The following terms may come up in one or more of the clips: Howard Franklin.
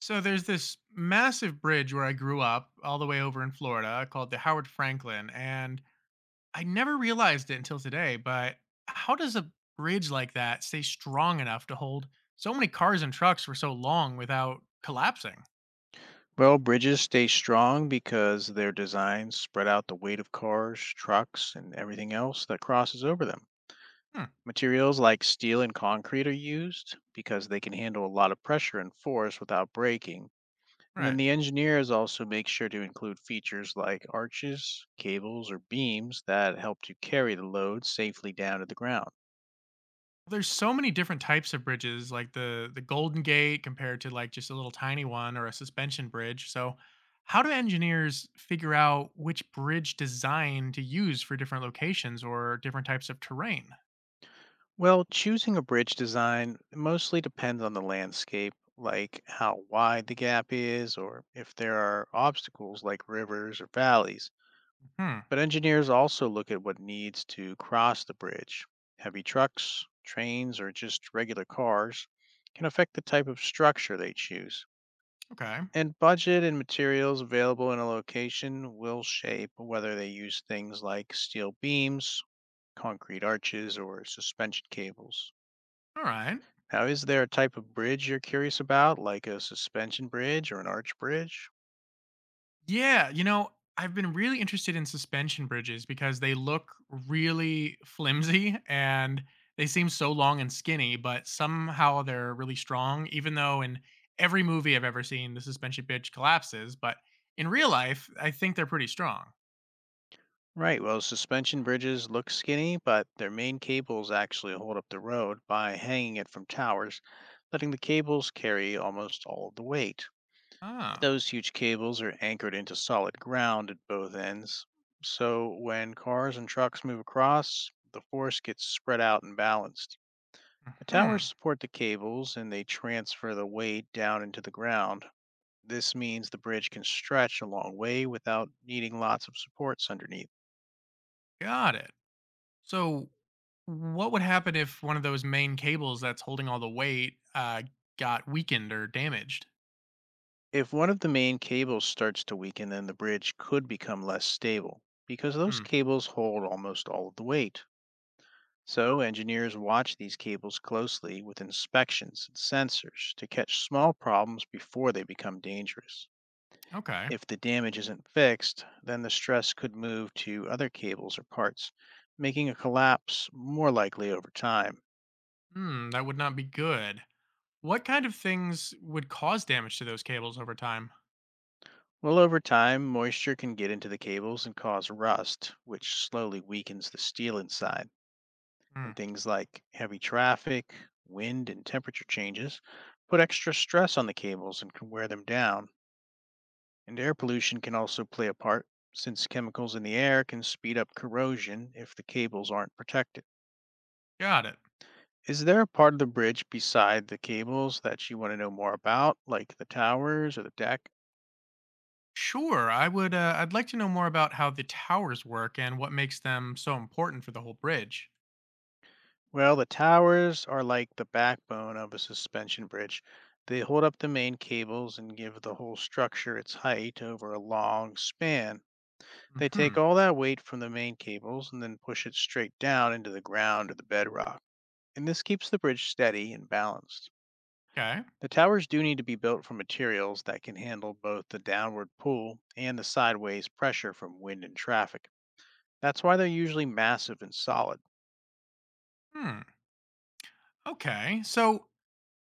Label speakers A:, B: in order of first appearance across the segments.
A: So there's this massive bridge where I grew up, all the way over in Florida, called the Howard Franklin. And I never realized it until today, but how does a bridge like that stay strong enough to hold so many cars and trucks for so long without collapsing?
B: Well, bridges stay strong because their designs spread out the weight of cars, trucks, and everything else that crosses over them.
A: Hmm,
B: Materials like steel and concrete are used because they can handle a lot of pressure and force without breaking. And then
A: right.
B: the engineers also make sure to include features like arches, cables, or beams that help to carry the load safely down to the ground.
A: There's so many different types of bridges, like the Golden Gate compared to like just a little tiny one or a suspension bridge. So how do engineers figure out which bridge design to use for different locations or different types of terrain?
B: Well, choosing a bridge design mostly depends on the landscape, like how wide the gap is or if there are obstacles like rivers or valleys.
A: Hmm.
B: But engineers also look at what needs to cross the bridge. Heavy trucks, trains, or just regular cars can affect the type of structure they choose.
A: Okay.
B: And budget and materials available in a location will shape whether they use things like steel beams, concrete arches, or suspension cables.
A: All right.
B: Now, is there a type of bridge you're curious about, like a suspension bridge or an arch bridge?
A: Yeah. I've been really interested in suspension bridges because they look really flimsy and they seem so long and skinny, but somehow they're really strong, even though in every movie I've ever seen, the suspension bridge collapses. But in real life, I think they're pretty strong.
B: Right, well, suspension bridges look skinny, but their main cables actually hold up the road by hanging it from towers, letting the cables carry almost all of the weight.
A: Oh.
B: Those huge cables are anchored into solid ground at both ends, so when cars and trucks move across, the force gets spread out and balanced. The towers
A: Hmm.
B: support the cables and they transfer the weight down into the ground. This means the bridge can stretch a long way without needing lots of supports underneath.
A: Got it. So, what would happen if one of those main cables that's holding all the weight got weakened or damaged?
B: If one of the main cables starts to weaken, then the bridge could become less stable because those
A: Hmm.
B: cables hold almost all of the weight. So, engineers watch these cables closely with inspections and sensors to catch small problems before they become dangerous.
A: Okay.
B: If the damage isn't fixed, then the stress could move to other cables or parts, making a collapse more likely over time.
A: Hmm, that would not be good. What kind of things would cause damage to those cables over time?
B: Well, over time, moisture can get into the cables and cause rust, which slowly weakens the steel inside.
A: Hmm,
B: And things like heavy traffic, wind, and temperature changes put extra stress on the cables and can wear them down. And air pollution can also play a part, since chemicals in the air can speed up corrosion if the cables aren't protected.
A: got it.
B: Is there a part of the bridge beside the cables that you want to know more about, like the towers or the deck?
A: Sure, I'd like to know more about how the towers work and what makes them so important for the whole bridge.
B: Well, the towers are like the backbone of a suspension bridge. They hold up the main cables and give the whole structure its height over a long span. They take
A: Mhm.
B: all that weight from the main cables and then push it straight down into the ground or the bedrock. And this keeps the bridge steady and balanced.
A: Okay.
B: The towers do need to be built from materials that can handle both the downward pull and the sideways pressure from wind and traffic. That's why they're usually massive and solid.
A: Hmm. Okay. So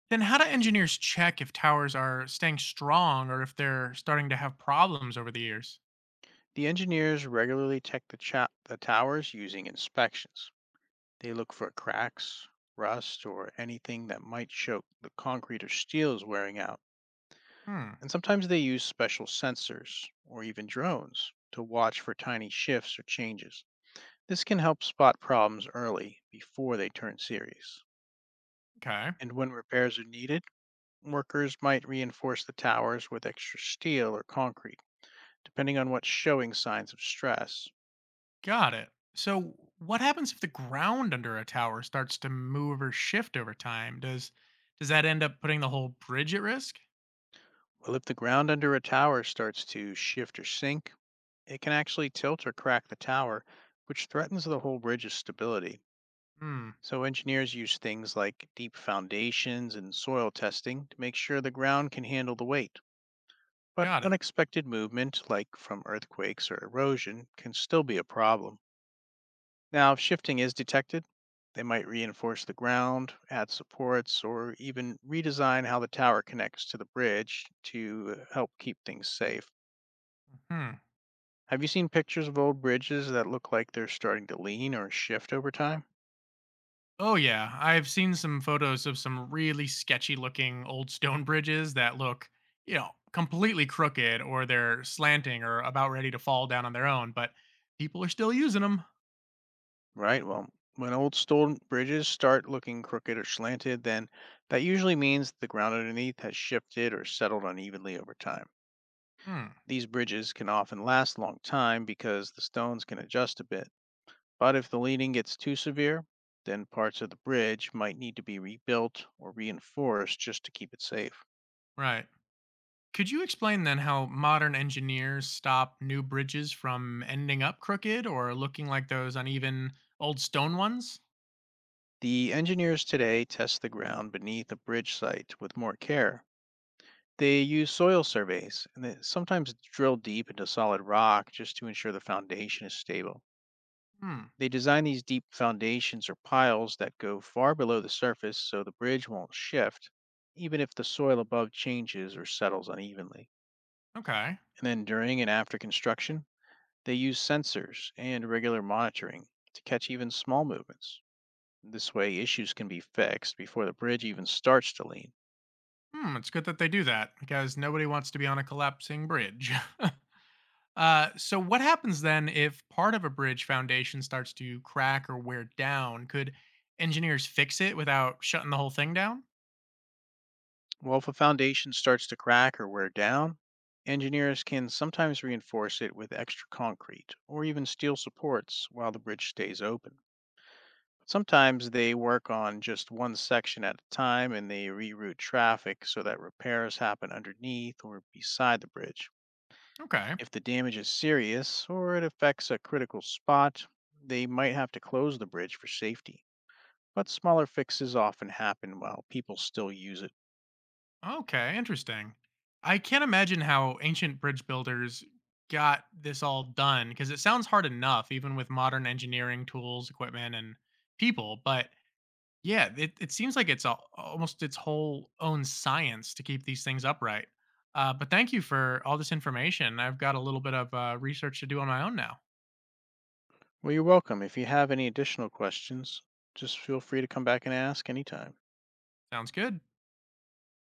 A: then how do engineers check if towers are staying strong or if they're starting to have problems over the years?
B: The engineers regularly check the towers using inspections. They look for cracks, rust, or anything that might show the concrete or steel is wearing out.
A: Hmm.
B: And sometimes they use special sensors or even drones to watch for tiny shifts or changes. This can help spot problems early before they turn serious.
A: Okay.
B: And when repairs are needed, workers might reinforce the towers with extra steel or concrete, depending on what's showing signs of stress.
A: Got it. So, what happens if the ground under a tower starts to move or shift over time? Does that end up putting the whole bridge at risk?
B: Well, if the ground under a tower starts to shift or sink, it can actually tilt or crack the tower, which threatens the whole bridge's stability.
A: Hmm.
B: So, engineers use things like deep foundations and soil testing to make sure the ground can handle the weight. But
A: Got it.
B: unexpected movement, like from earthquakes or erosion, can still be a problem. Now, if shifting is detected, they might reinforce the ground, add supports, or even redesign how the tower connects to the bridge to help keep things safe.
A: Hmm.
B: Have you seen pictures of old bridges that look like they're starting to lean or shift over time?
A: Oh yeah, I've seen some photos of some really sketchy-looking old stone bridges that look, completely crooked or they're slanting or about ready to fall down on their own, but people are still using them.
B: Right. Well, when old stone bridges start looking crooked or slanted, then that usually means the ground underneath has shifted or settled unevenly over time.
A: Hmm.
B: These bridges can often last a long time because the stones can adjust a bit. But if the leaning gets too severe, then parts of the bridge might need to be rebuilt or reinforced just to keep it safe.
A: Right. Could you explain then how modern engineers stop new bridges from ending up crooked or looking like those uneven old stone ones?
B: The engineers today test the ground beneath a bridge site with more care. They use soil surveys and they sometimes drill deep into solid rock just to ensure the foundation is stable.
A: Hmm.
B: They design these deep foundations or piles that go far below the surface so the bridge won't shift, even if the soil above changes or settles unevenly.
A: Okay.
B: And then during and after construction, they use sensors and regular monitoring to catch even small movements. This way, issues can be fixed before the bridge even starts to lean.
A: Hmm. It's good that they do that because nobody wants to be on a collapsing bridge. So what happens then if part of a bridge foundation starts to crack or wear down? Could engineers fix it without shutting the whole thing down?
B: Well, if a foundation starts to crack or wear down, engineers can sometimes reinforce it with extra concrete or even steel supports while the bridge stays open. Sometimes they work on just one section at a time and they reroute traffic so that repairs happen underneath or beside the bridge.
A: Okay.
B: If the damage is serious or it affects a critical spot, they might have to close the bridge for safety. But smaller fixes often happen while people still use it.
A: Okay, interesting. I can't imagine how ancient bridge builders got this all done because it sounds hard enough, even with modern engineering tools, equipment, and people. But yeah, it seems like almost its whole own science to keep these things upright. But thank you for all this information. I've got a little bit of research to do on my own now.
B: Well, you're welcome. If you have any additional questions, just feel free to come back and ask anytime.
A: Sounds good.